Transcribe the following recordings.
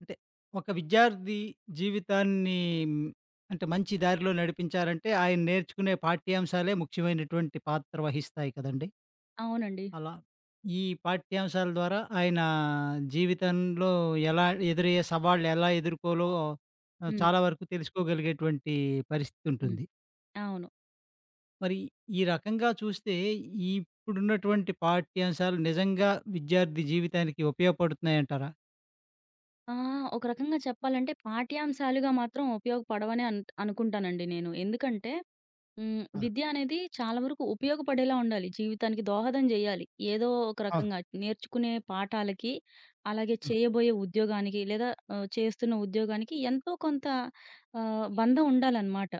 అంటే ఒక విద్యార్థి జీవితాన్ని హ్మ్, అంటే మంచి దారిలో నడిపించాలంటే, ఆయన నేర్చుకునే పాఠ్యాంశాలే ముఖ్యమైనటువంటి పాత్ర వహిస్తాయి కదండీ! అవునండి. అలా ఈ పాఠ్యాంశాల ద్వారా ఆయన జీవితంలో ఎలా ఎదురయ్యే సవాళ్ళు ఎలా ఎదుర్కోలో హ్మ్. చాలా వరకు తెలుసుకోగలిగేటువంటి పరిస్థితి హ్మ్. ఉంటుంది. అవును. మరి ఈ రకంగా చూస్తే ఈ ఇప్పుడున్నటువంటి పాఠ్యాంశాలు నిజంగా విద్యార్థి జీవితానికి ఉపయోగపడుతున్నాయంటారా? ఒక రకంగా చెప్పాలంటే పాఠ్యాంశాలుగా మాత్రం ఉపయోగపడవనే అనుకుంటానండి నేను. ఎందుకంటే అవును. విద్య అనేది చాలా వరకు ఉపయోగపడేలా ఉండాలి. జీవితానికి దోహదం జేయాలి. ఏదో ఒక అవును. రకంగా నేర్చుకునే పాఠాలకి, అలాగే హ్మ్. చేయబోయే ఉద్యోగానికి లేదా చేస్తున్న ఉద్యోగానికి ఎంతో కొంత బంధం ఉండాలనమాట.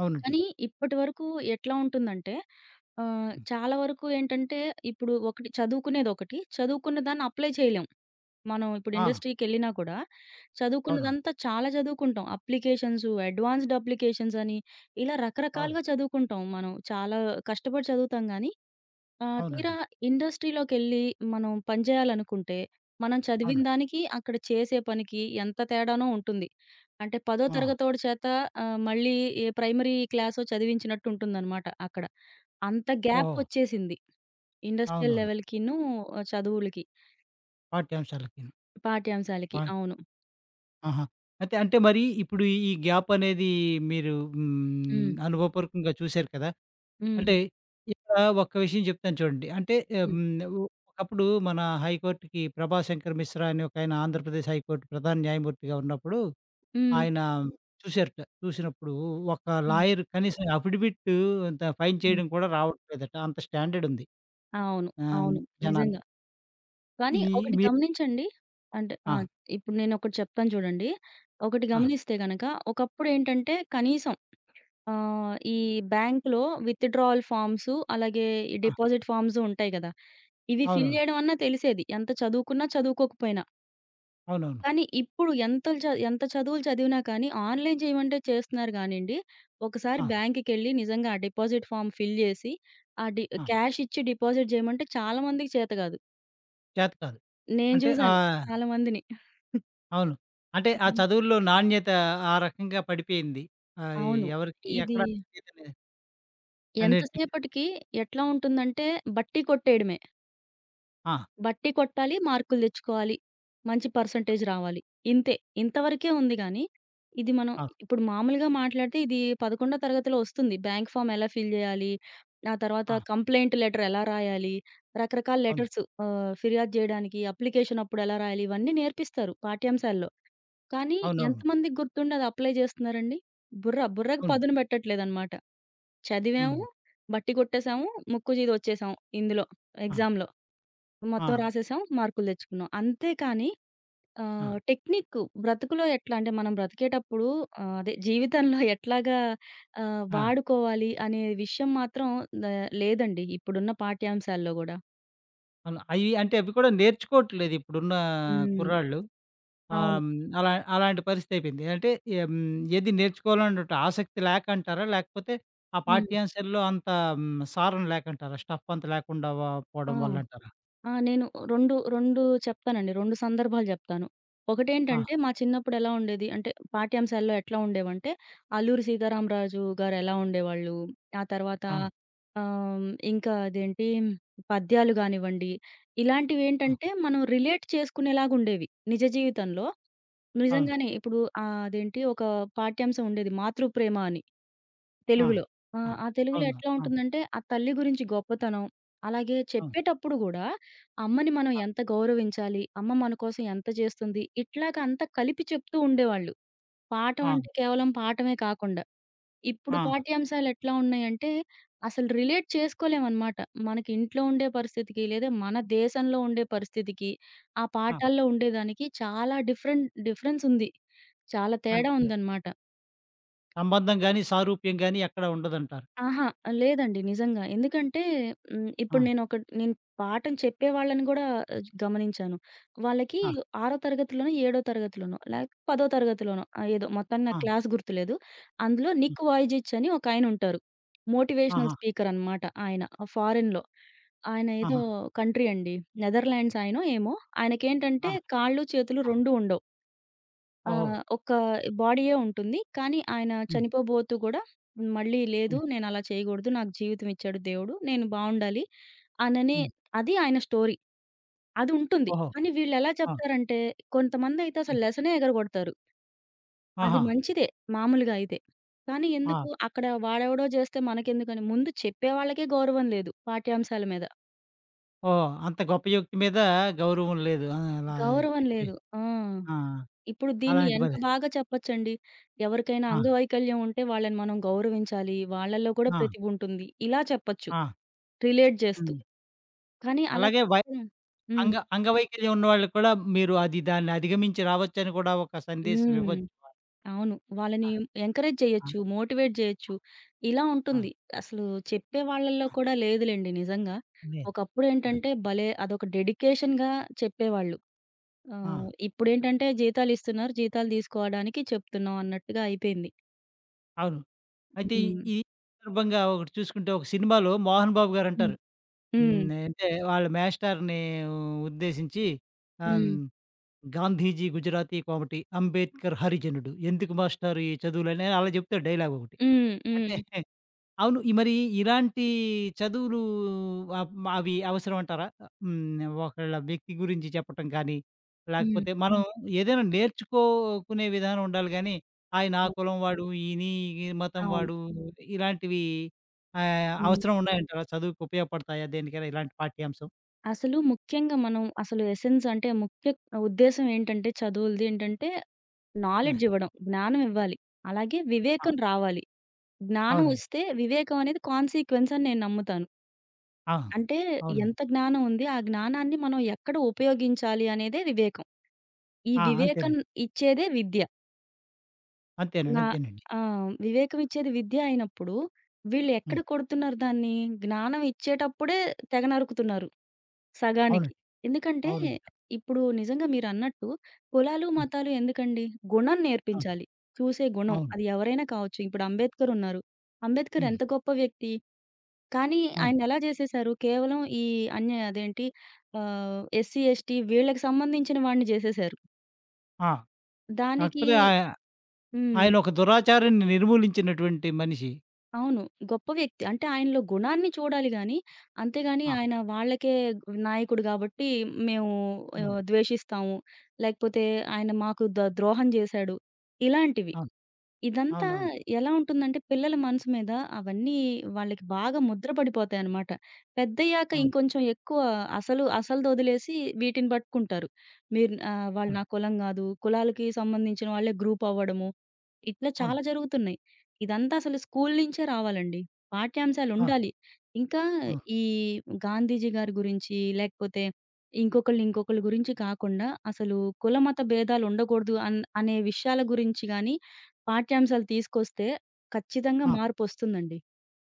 అవునండి. కానీ ఇప్పటి వరకు ఎట్లా ఉంటుందంటే హ్మ్. చాలా వరకు ఏంటంటే ఇప్పుడు ఒకటి చదువుకునేదొకటి, చదువుకున్న దాన్ని అప్లై చేయలేం. మనం ఇప్పుడు ఆ! ఇండస్ట్రీకెళ్ళినా కూడా అవును. చదువుకున్నదంతా చాలా చదువుకుంటాం. అప్లికేషన్సు, అడ్వాన్స్‌డ్ అప్లికేషన్స్ అని ఇలా అవును. రకరకాలుగా చదువుకుంటాం మనం. చాలా కష్టపడి చదువుతాం గానీ తీరా అవునండి. ఇండస్ట్రీలోకెళ్ళి మనం పని చేయాలనుకుంటే, మనం చదివిన అవును. దానికి, అక్కడ చేసే పనికి ఎంత తేడానో ఉంటుంది. అంటే పదో ఆ! తరగతోడి చేత మళ్ళీ ఏ ప్రైమరీ క్లాసో చదివించినట్టు ఉంటుందనమాట అక్కడ. అంత ఓహో! గ్యాపొచ్చేసింది. ఇండస్ట్రియల్ అవునవును. లెవెల్‌కిను చదువులకి, పాఠ్యాంశాలకిను. పాఠ్యాంశాలకి. పా అవును. ఆహా! అయితే అంటే మరి ఇప్పుడు ఈ గ్యాప్ అనేది మీరు హ్మ్, హ్మ్. అనుభవపూర్వకంగా చూసారు కదా! అంటే హ్మ్. ఇక్కడ ఒక్క విషయం చెప్తాను చూడండి. అంటే హ్మ్. హ్మ్, ఉ ఒకప్పుడు మన హైకోర్ట్‌కి ప్రభాశంకర్ మిశ్రా అనే ఒకాయన ఆంధ్రప్రదేశ్ హైకోర్ట్ ప్రధాన న్యాయమూర్తిగా ఉన్నప్పుడు హ్మ్. ఆయన చూసారట. చూసినప్పుడు ఒక హ్మ్. లాయర్ కనీసం అఫిడవిట్ అంత ఫైన్ హ్మ్. చేయడం కూడా రావట్లేదట. అంత స్టాండర్డ్ ఉంది. అవును. ఆహ్, అవును. జనాలు. నిజంగా. కానీ ఇది ఒకటి మీ గమనించండి. అంటే ఆ! ఆ! ఇప్పుడు నేనొకటి చెప్తాను చూడండి. ఒకటి ఆ! గమనిస్తే గనక ఒకప్పుడేంటంటే కనీసం ఈ బ్యాంక్‌లో విత్‌డ్రాయల్ ఫార్మ్స్ అలాగే ఈ ఆ! డిపాజిట్ ఫార్మ్స్ ఉంటాయి గదా! ఇవి ఫిల్ అవునవును. చేయడం అన్నా తెలిసేది. ఎంత చదువుకున్నా చదువుకోకపోయినా. అవునవును. కానీ ఇప్పుడు ఎంత చదువులు చదివినా కానీ, ఆన్‌లైన్ చేయమంటే చేస్తున్నారు గానండి, ఒకసారి ఆ! బ్యాంక్‌కెళ్ళి నిజంగా ఆ డిపాజిట్ ఫార్మ్ ఫిల్ చేసి, ఆ డి ఆ! క్యాష్ ఇచ్చి డిపాజిట్ చేయమంటే చాలా మందికి చేత కాదు. చేత కాదు. నేను అంటే చూసాను ఆహ్, చాలా మందిని. అవును. అంటే ఆ హ్మ్. చదువుల్లో నాణ్యత ఆ రకంగా పడిపోయింది. ఆహ్, అవును. ఎవరికీ ఇది ఎక్కడ నాణ్యత అనేట్లేదు. ఎంతసేపటికి ఎట్లా ఉంటుందంటే బట్టీ కొట్టేయడమే. ఆ! బట్టి కొట్టాలి, మార్కులు తెచ్చుకోవాలి. మంచి పర్సెంటేజ్ రావాలి. ఇంతే. ఇంతవరకే ఉంది గానీ, ఇది మనం అవును. ఇప్పుడు మామూలుగా మాట్లాడితే ఇది 11 తరగతిలో వస్తుంది. బ్యాంక్ ఫార్మ్ ఎలా ఫిల్ చేయాలి? ఆ తర్వాత ఆ! కంప్లెయింట్ లెటర్ ఎలా రాయాలి? రకరకాల అవును. లెటర్స్ ఫిర్యాదు చేయడానికి అప్లికేషన్ అప్పుడు ఎలా రాయాలి? ఇవన్నీ నేర్పిస్తారు పాఠ్యాంశాల్లో. కానీ అవునవును. ఎంతమందికి గుర్తుండి అది అప్లై చేస్తున్నారండి? బుర్రకు అవును. పదును పెట్టట్లేదనమాట. హ్మ్. చదివాము, బట్టి కొట్టేసాము, ముక్కు చీది వచ్చేసాం ఇందులో ఆ! ఎగ్జామ్‌లో. ఆ! మొత్తం రాసేసాం. మార్కులు తెచ్చుకున్నాం. అంతే కానీ ఆ! టెక్నిక్ బ్రతుకులో ఎట్లా అంటే మనం బ్రతికేటప్పుడు అదే జీవితంలో ఎట్లాగా ఆ! వాడుకోవాలి అనే విషయం మాత్రం ద లేదండి. ఇప్పుడున్న పాఠ్యాంశాల్లో గూడా. అవును. అంటే అవి కూడా నేర్చుకోవట్లేదు ఇప్పుడున్న హ్మ్. కుర్రాళ్ళు. ఆ! అవును. హ్మ్. అలా అలాంటి పరిస్థితి అయిపోయింది. అంటే హ్మ్. ఏది నేర్చుకోవాలన్నట్టు ఆసక్తి లేక అంటారా? లేకపోతే ఆ హ్మ్. పాఠ్యాంశాల్లో అంత సారం లేకంటారా? స్టఫ్ అంత లేకుండా ఆ! పోవడం వల్లంటారా? ఆ! నేను 2, 2 చెప్తానండి. 2 సందర్భాలు జెప్తాను. ఆ! ఒకటేంటంటే, మా చిన్నప్పుడు ఎలా ఉండేది అంటే, పాఠ్యాంశాల్లో ఎట్లా ఉండేవంటే, 'అల్లూరి సీతారామరాజు' గారు ఎలా ఉండేవాళ్ళు, ఆ తర్వాత ఆ! ఆహ్, ఇంకా అదేంటి పద్యాలు గానివ్వండి, ఆ! ఇలాంటివేంటంటే, మనం రిలేట్ చేసుకునేలాగుండేవి. నిజ జీవితంలో అవును. నిజంగానే ఇప్పుడు అదేంటి ఒక పాఠ్యాంశం ఉండేది 'మాతృప్రేమ' అని. ఆ! తెలుగులో. ఆ! ఆ! ఆ తెలుగులో అవును. ఎట్లా ఆ! ఉంటుందంటే, ఆ తల్లి గురించి గొప్పతనం, అలాగే అవును. చెప్పేటప్పుడు గూడా అమ్మని మనం ఆ! ఎంత గౌరవించాలి, అమ్మ మన కోసం ఎంత చేస్తుంది, ఇట్లాగ అంతా కలిపి చెప్తూ ఉండేవాళ్ళు. పాఠం ఆ! అంటే కేవలం పాఠమే కాకుండా. ఇప్పుడు ఆ! పాఠ్యాంశాలు ఎట్లా ఉన్నాయంటే, అసలు రిలేట్ చేసుకోలేమనమాట. మనకి ఇంట్లో ఉండే పరిస్థితికి, లేదా మన దేశంలో ఉండే పరిస్థితికి, ఆ ఆ! పాఠాల్లో ఉండేదానికి చాలా డిఫరెంట్ డిఫరెన్స్ ఉంది. చాలా తేడా అంటే ఉందనమాట. సంబంధం గాని, సారూప్యం గాని ఎక్కడ ఉండదంటారు. అహా! లేదండి. నిజంగా. ఎందుకంటే ఆ! ఇప్పుడు నేను పాఠం చెప్పేవాళ్ళని గూడా గమనించాను. వాళ్ళకి ఆ! ఆరో తరగతిలోనో, ఏడో తరగతిలోనో, లేకపోతే పదో తరగతిలోనో ఏదో మొత్తానికి నాకు ఆ! క్లాస్ గుర్తులేదు. అందులో హ్మ్. నిక్ వాయిజిచ్ అని ఒకాయనుంటారు. మోటివేషనల్ ఆహా! స్పీకర్ అనమాట ఆయన. ఫారెన్‌లో. ఆయన ఏదో ఆహా! కంట్రీ అండి. నెదర్‌లాండ్స్ ఆయనో ఏమో. ఆ! ఆయనకేంటంటే కాళ్ళు, చేతులు ఆ! 2 ఉండవు. ఆ! ఓహో! ఒక బాడీయే ఉంటుంది. కానీ ఆయన హ్మ్. చనిపోబోతూ గూడా మళ్ళీ లేదు హ్మ్. నేనలా చేయగూడదు. నాకు జీవితం ఇచ్చాడు దేవుడు. నేను బావుండాలి అననే హ్మ్. అది ఆయన స్టోరీ. అది ఉంటుంది. ఓహో! కానీ వీళ్ళెలా ఆ! చెప్తారంటే కొంతమందయితే హ్మ్. అసలు లెసనే ఎగరగొడతారు. అది ఆహా! మంచిదే మామూలుగా అయితే. కానీ ఎందుకు ఆ! అక్కడ వాడెవడో జేస్తే మనకెందుకని ముందు చెప్పే వాళ్ళకే గౌరవం లేదు పాఠ్యాంశాల మీద. ఓహ్! అంత గొప్ప యుక్తి మీద గౌరవం లేదు. ఆ! అలా గౌరవం చెప్పి లేదు. ఆ! ఆ! ఇప్పుడు దీన్ని అలాంటి ఎంత పరి బాగా చెప్పొచ్చండి. ఎవరికైనా ఆ! అంగవైకల్యం ఉంటే వాళ్ళని మనం గౌరవించాలి. వాళ్ళలో కూడా ఆ! ప్రతిభ ఉంటుంది. ఇలా చెప్పొచ్చు. ఆ! రిలేట్ చేస్తూ. హ్మ్. కానీ అలా అలాగే చెప్పడం హ్మ్. అంగవైకల్యం ఉన్నవాళ్ళు కూడా మీరు అది దాన్ని అధిగమించి రావచ్చని కూడా ఒక సందేశం హ్మ్. ఇవ్వచ్చు. అవును. వాళ్ళని ఆ! ఎంకరేజ్ ఆ! చేయొచ్చు. మోటివేట్ చేయొచ్చు. ఇలా ఆ! ఉంటుంది. అసలు చెప్పే వాళ్ళలో ఆ! కూడా లేదులెండి నిజంగా. లే ఆ! ఒకప్పుడేంటంటే భలే! అదొక డెడికేషన్‌గా చెప్పేవాళ్ళు. ఆ! ఇప్పుడేంటంటే జీతాలు ఇస్తున్నారు. జీతాలు తీసుకోవడానికి చెప్తున్నాం అన్నట్టుగా అయిపోయింది. అవును. అయితే హ్మ్. ఈ సందర్భంగా ఒకటి చూసుకుంటే ఒక సినిమాలో 'మోహన్ బాబు' హ్మ్. గారంటారు. హ్మ్. హ్మ్. అంటే వాళ్ళ మేస్టార్‌ని ఉద్దేశించి ఆహ్, హ్మ్. హ్మ్. గాంధీజీ గుజరాతీ కోమటి, అంబేద్కర్ హరిజనుడు. ఎందుకు మాస్టారు ఈ చదువులని అలా చెప్తాడు డైలాగ్ ఒకటి. హ్మ్. అంటే హ్మ్. అవును. ఈ మరి ఇలాంటి చదువులు అప్ అవి అవసరం అంటారా? హ్మ్. ఒకళ్ళ వ్యక్తి గురించి చెప్పటం కానీ, హ్మ్. లేకపోతే మనం ఏదైనా నేర్చుకోకునే విధానం ఉండాలి గానీ, ఆయన ఆ అవును. కులం వాడు, ఈయన ఈ మతం అవును. వాడు ఇలాంటివి ఆహ్, హ్మ్. అవసరం ఉన్నాయంటారా? చదువుకు ఉపయోగపడతాయా దేనికైనా ఇలాంటి పాఠ్యాంశం? అసలు ముఖ్యంగా మనం అసలు ఎసెన్స్ అంటే ముఖ్య ఉద్దేశ్యం ఏంటంటే చదువులది ఏంటంటే ఆ! నాలెడ్జ్ ఇవ్వడం. జ్ఞానం ఇవ్వాలి. అలాగే ఆ! వివేకం రావాలి. జ్ఞానం అవునండి. వస్తే వివేకం అనేది కాన్సీక్వెన్స్ అని నేను నమ్ముతాను. ఆ! అంటే అవునండి. ఎంత జ్ఞానం ఉంది ఆ జ్ఞానాన్ని మనం ఎక్కడ ఉపయోగించాలి అనేదే వివేకం. ఈ ఆ! వివేకం అంతేనండి. ఇచ్చేదే విద్య. అంతేనండి. నా అంతేనండి. ఆ! వివేకం ఇచ్చేది విద్య అయినప్పుడు వీళ్ళు ఎక్కడ హ్మ్. కొడుతున్నారు దాన్ని? జ్ఞానం ఇచ్చేటప్పుడే తెగ నరుకుతున్నారు. సగానికి. అవునండి. ఎందుకంటే, అవునండి. ఇప్పుడు నిజంగా మీరన్నట్టు కులాలు, హ్మ్. మతాలు ఎందుకండి? గుణం ఆ! నేర్పించాలి. చూసే గుణం. అవును. అది ఎవరైనా కావచ్చు. ఇప్పుడు అంబేద్కర్ ఉన్నారు. అంబేద్కర్ హ్మ్. ఎంత గొప్ప వ్యక్తి. కానీ అవును. ఆయన్నెలా జేసేశారు? కేవలం ఈ అదేంటి ఎస్సీ, ఎస్టీ వీళ్ళకి సంబంధించిన వాడిని జేసేశారు. ఆ! దానికి కాకపోతే హ్మ్. ఆయన ఒక దురాచారాన్ని నిర్మూలించినటువంటి మనిషి. అవును. గొప్ప వ్యక్తి. అంటే ఆయనలో గుణాన్ని చూడాలి గానీ, అంతేగాని ఆ! ఆయన వాళ్ళకే నాయకుడు గాబట్టి మేము హ్మ్. ద్వేషిస్తాము. లేకపోతే ఆయన మాకు ద్రోహం జేశాడు. ఇలాంటివి. అవును. ఇదంతా అవునవును. ఎలా ఉంటుందంటే, పిల్లల మనసు మీద అవన్నీ వాళ్ళకి బాగా ముద్ర పడిపోతాయనమాట. పెద్దయ్యాక అవును. ఇంకొంచెం ఎక్కువ అసలు అసలదొదిలేసి వీటిని పట్టుకుంటారు. మీరు వాళ్ళు అవును. నా కులం గాదు, కులాలకి సంబంధించిన వాళ్ళే గ్రూపవ్వడము, ఇట్లా అవును. చాలా జరుగుతున్నాయి. ఇదంతా అసలు స్కూలు నుంచే రావాలండి. ఆ! పాఠ్యాంశాలుండాలి. ఇంకా అవును. ఈ గాంధీజీ గారి గురించి, లేకపోతే ఇంకొకళ్ళు ఇంకొకళ్ళ గురించి కాకుండా, అసలు కుల, మత భేదాలుండకూడదు అనే విషయాల గురించి గాని, పాఠ్యాంశాలు తీసుకొస్తే ఖచ్చితంగా అవును ఆ! మార్పొస్తుందండి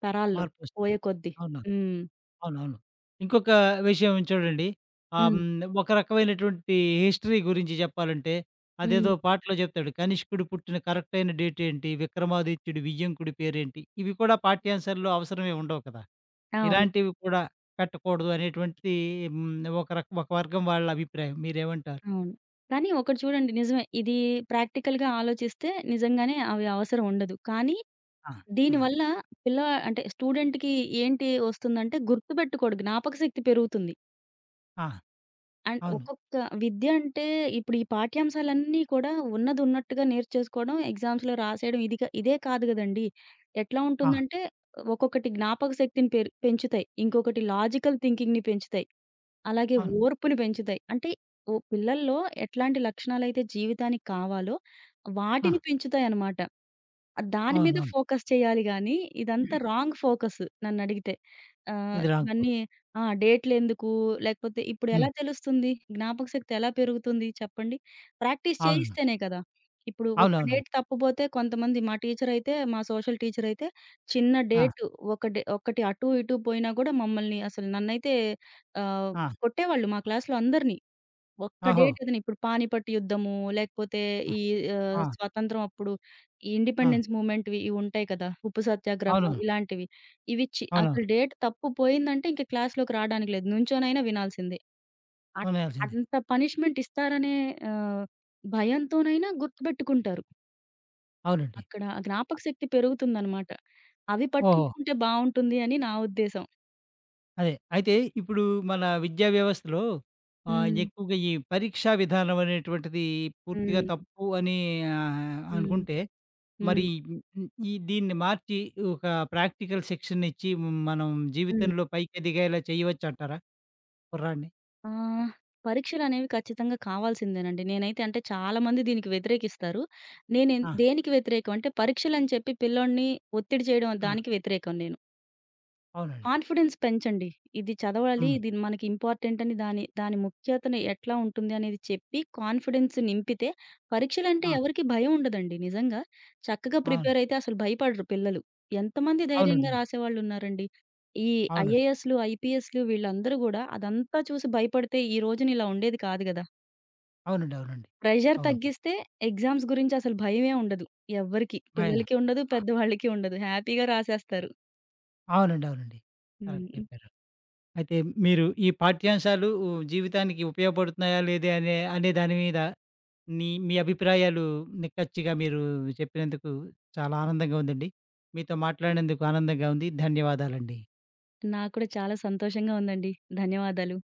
తరాల్లో మార్పొస్తుంది. పోయే కొద్దీ. అవునవును. హ్మ్. అవునవును. ఇంకొక విషయం చూడండి. ఆహ్, హ్మ్. హ్మ్. ఒక రకమైనటువంటి హిస్టరీ గురించి చెప్పాలంటే అదేదో హ్మ్. పాటలో చెప్తాడు. 'కనిష్కుడు పుట్టిన కరెక్ట్ అయిన డేట్ ఏంటి? విక్రమాదిత్యుడి వియ్యంకుడి పేరేంటి?' ఇవి కూడా పాఠ్యాంశాల్లో అవసరమే ఉండవు కదా! అవును. ఇలాంటివి కూడా పెట్టకూడదు అనేటువంటిది హ్మ్. ఒక వర్గం వాళ్ళ అభిప్రాయం. మీరేమంటారు? అవును. కానీ ఒకటి చూడండి నిజమే. ఇది ప్రాక్టికల్‌గా ఆలోచిస్తే నిజంగానే అవి అవసరం ఉండదు. కానీ ఆ! ఆ! దీనివల్ల పిల్ల అంటే స్టూడెంట్‌కి ఏంటి వస్తుందంటే గుర్తుపెట్టుకోడు. జ్ఞాపకశక్తి పెరుగుతుంది. ఆ! అండ్ అవును. ఒక్కొక్క విద్య అంటే ఇప్పుడు ఈ పాఠ్యాంశాలన్నీ కూడా ఉన్నదున్నట్టుగా నేర్చేసుకోవడం, ఎగ్జామ్స్‌లో రాసేయడం ఇది క ఇదే కాదు గదండీ! ఎట్లా ఆ! ఉంటుందంటే ఒక్కొక్కటి జ్ఞాపక శక్తిని పెంచుతాయి. ఇంకొకటి లాజికల్ థింకింగ్‌ని పెంచుతాయి. అలాగే అవును. ఓర్పుని పెంచుతాయి. అంటే ఓ పిల్లల్లో ఎట్లాంటి లక్షణాలైతే జీవితానికి కావాలో ఆ! వాటిని పెంచుతాయన్నమాట. దాని మీద అవునవును. ఫోకస్ చేయాలి గానీ, ఇదంతా రాంగ్ ఫోకస్ నన్నడిగితే. ఇది రాంగ్ ఇవన్నీ ఆ! డేట్‌లెందుకు? లేకపోతే ఇప్పుడెలా హ్మ్. తెలుస్తుంది? జ్ఞాపక శక్తి ఎలా పెరుగుతుంది చెప్పండి? ప్రాక్టీస్ అవును. చేయిస్తేనే కదా! ఇప్పుడు ఒక్క అవునవునవును. డేట్ తప్పిపోతే కొంతమంది మా టీచరయితే మా సోషల్ టీచరయితే చిన్న ఆ! డేట్ ఒక డే ఒకటి అటు ఇటు పోయినా గూడా మమ్మల్ని అసలు నన్నైతే ఆహ్, ఆ! కొట్టేవాళ్ళు మా క్లాస్‌లో అందరిని. ఒక్క ఓహో! డేట్ ఏదైనా ఇప్పుడు పానిపట్ యుద్ధము, లేకపోతే ఆ! ఈ ఆ! స్వతంత్రం అప్పుడు ఈ ఆ! ఇండిపెండెన్స్ మూవ్‌మెంట్‌వి ఇవి ఉంటాయి కదా! ఉప్పు సత్యాగ్రహం అవునవును. ఇలాంటివి. ఇవి చి అసలు అవునవును. డేట్ తప్పు పోయిందంటే ఇంక క్లాస్‌లోకి రాడానికి లేదు. నుంచోనైనా వినాల్సిందే. అట్ కొనేయాల్సిందే. అంత పనిష్మెంట్ ఇస్తారనే ఆహ్, భయంతోనైనా గుర్తుపెట్టుకుంటారు. అవునండి. అక్కడ ఆ జ్ఞాపక శక్తి పెరుగుతుందనమాట. అవి ఓహో! పట్టించుకుంటే బావుంటుంది అని నా ఉద్దేశం. అదే. అయితే ఇప్పుడు మన విద్యా వ్యవస్థలో ఆహ్, హ్మ్. ఎక్కువగా ఈ పరీక్షా విధానం అనేటువంటిది పూర్తిగా హ్మ్. తప్పు అని ఆహ్, హ్మ్. అనుకుంటే, హ్మ్. మరి హ్మ్, ఈ దీన్ని మార్చి ఒక ప్రాక్టికల్ శిక్షణ ఇచ్చి మనం హ్మ్. జీవితంలో పైకి ఎదిగేలా చేయవచ్చంటారా కుర్రాడిని? ఆ! పరీక్షలనేవి ఖచ్చితంగా కావాల్సిందేనండి. నేనైతే అంటే చాలా మంది దీనికి వ్యతిరేకిస్తారు. నేనేన్ ఆ! దేనికి వ్యతిరేకం అంటే పరీక్షలని చెప్పి పిల్లోడిని ఒత్తిడి చేయడం ఆ! దానికి వ్యతిరేకం నేను. అవునండి. కాన్ఫిడెన్స్ పెంచండి. ఇది చదవాలి, హ్మ్. ఇది మనకి ఇంపార్టెంట్ అని దాని దాని ముఖ్యతను ఎట్లా ఉంటుంది అనేది చెప్పి కాన్ఫిడెన్స్ నింపితే పరీక్షలంటే ఆ! ఎవరికీ భయం ఉండదండి నిజంగా. చక్కగా అవును. ప్రిపేర్ అయితే అసలు భయపడరు పిల్లలు. ఎంతమంది ధైర్యంగా అవునండి. రాసేవాళ్ళున్నారండి. ఈ అవును. ఐఏఎస్‌లు, ఐపీఎస్‌లు వీళ్ళందరూ గూడా అదంతా చూసి భయపడితే ఈ రోజున ఇలా ఉండేది కాదు గదా! అవునండి. అవునండి. అవునండి. ప్రెషర్ అవును. తగ్గిస్తే ఎగ్జామ్స్ గురించి అసలు భయమే ఉండదు ఎవ్వరికీ. భయం. పిల్లలకి ఉండదు, ఆ! పెద్దవాళ్ళకి ఉండదు. హ్యాపీగా రాసేస్తారు. అవునండి. అవునండి. కరెక్ట్ హ్మ్. చెప్పారు. అయితే మీరు ఈ పాఠ్యాంశాలు జీవితానికి ఉపయోగపడుతున్నాయా లేదే అనే అనే దాని మీద మీ అభిప్రాయాలు నిక్కచ్చిగా మీరు చెప్పినందుకు చాలా ఆనందంగా ఉందండి. మీతో మాట్లాడినందుకు ఆనందంగా ఉంది. ధన్యవాదాలండి. నాకు కూడా చాలా సంతోషంగా ఉందండి. ధన్యవాదాలు.